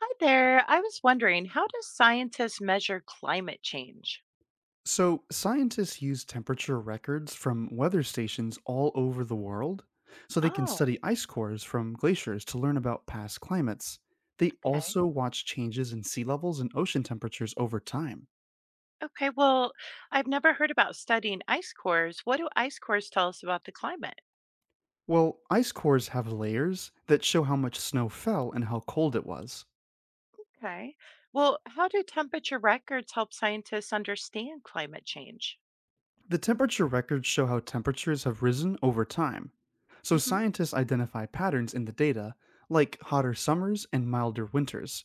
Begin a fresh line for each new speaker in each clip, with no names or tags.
Hi there. I was wondering, how do scientists measure climate change?
So, scientists use temperature records from weather stations all over the world so they can
Oh,
study ice cores from glaciers to learn about past climates. They
okay.
also watch changes in sea levels and ocean temperatures over time.
Okay, well, I've never heard about studying ice cores. What do ice cores tell us about the climate?
Well, ice cores have layers that show how much snow fell and how cold it was.
Okay. Well, how do temperature records help scientists understand climate change?
The temperature records show how temperatures have risen over time, so
Mm-hmm.
scientists identify patterns in the data, like hotter summers and milder winters.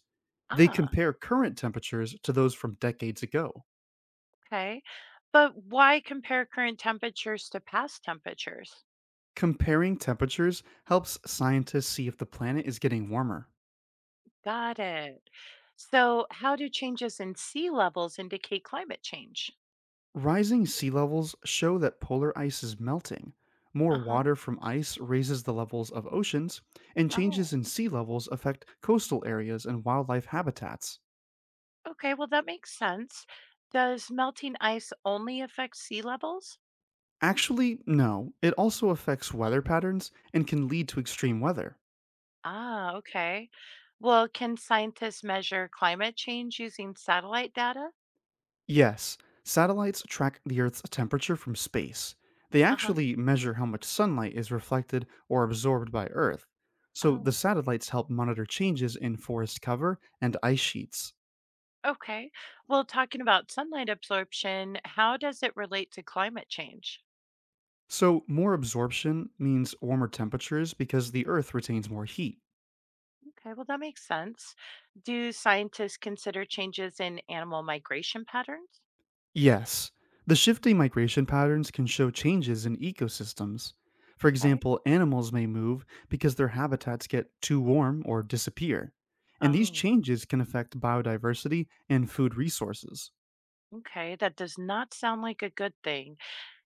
They
Ah,
compare current temperatures to those from decades ago.
okay. But why compare current temperatures to past temperatures?
Comparing temperatures helps scientists see if the planet is getting warmer.
Got it. So, how do changes in sea levels indicate climate change?
Rising sea levels show that polar ice is melting. More
Uh-huh.
water from ice raises the levels of oceans, and
Oh.
changes in sea levels affect coastal areas and wildlife habitats.
Okay, well, that makes sense. Does melting ice only affect sea levels?
Actually, no. It also affects weather patterns and can lead to extreme weather.
Ah, okay. Well, can scientists measure climate change using satellite data?
Yes, satellites track the Earth's temperature from space. They
Uh huh.
actually measure how much sunlight is reflected or absorbed by Earth. So the
Oh,
satellites help monitor changes in forest cover and ice sheets.
okay. Well, talking about sunlight absorption, how does it relate to climate change?
So more absorption means warmer temperatures because the Earth retains more heat.
Okay, well, that makes sense. Do scientists consider changes in animal migration patterns?
Yes, the shifting migration patterns can show changes in ecosystems. For
Okay.
example, animals may move because their habitats get too warm or disappear. And these
Oh,
changes can affect biodiversity and food resources.
okay. That does not sound like a good thing.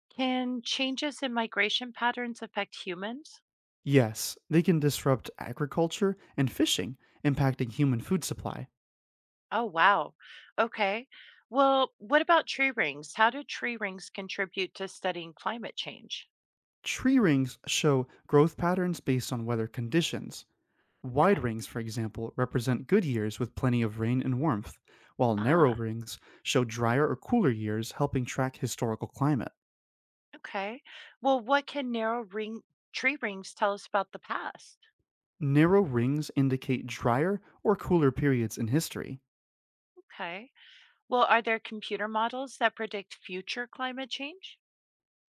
Can changes in migration patterns affect humans?
Yes, they can disrupt agriculture and fishing, impacting human food supply.
Oh, wow. Okay. Well, what about tree rings? How do tree rings contribute to studying climate change?
Tree rings show growth patterns based on weather conditions, wide
Okay.
rings, for example, represent good years with plenty of rain and warmth, while narrow
Ah,
rings show drier or cooler years, helping track historical climate.
okay. Well, what can narrow ring tree rings tell us about the past?
Narrow rings indicate drier or cooler periods in history.
Okay. Well, are there computer models that predict future climate change?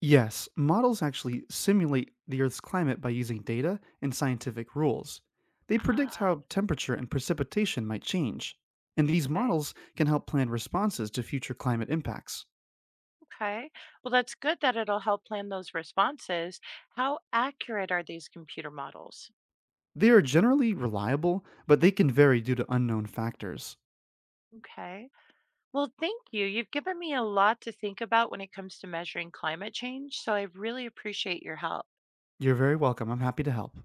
Yes, models actually simulate the Earth's climate by using data and scientific rules. They predict
Ah,
how temperature and precipitation might change, and these
okay.
models can help plan responses to future climate impacts.
Okay. Well, that's good that it'll help plan those responses. How accurate are these computer models?
They are generally reliable, but they can vary due to unknown factors.
Okay. Well, thank you. You've given me a lot to think about when it comes to measuring climate change, so I really appreciate your help.
You're very welcome. I'm happy to help.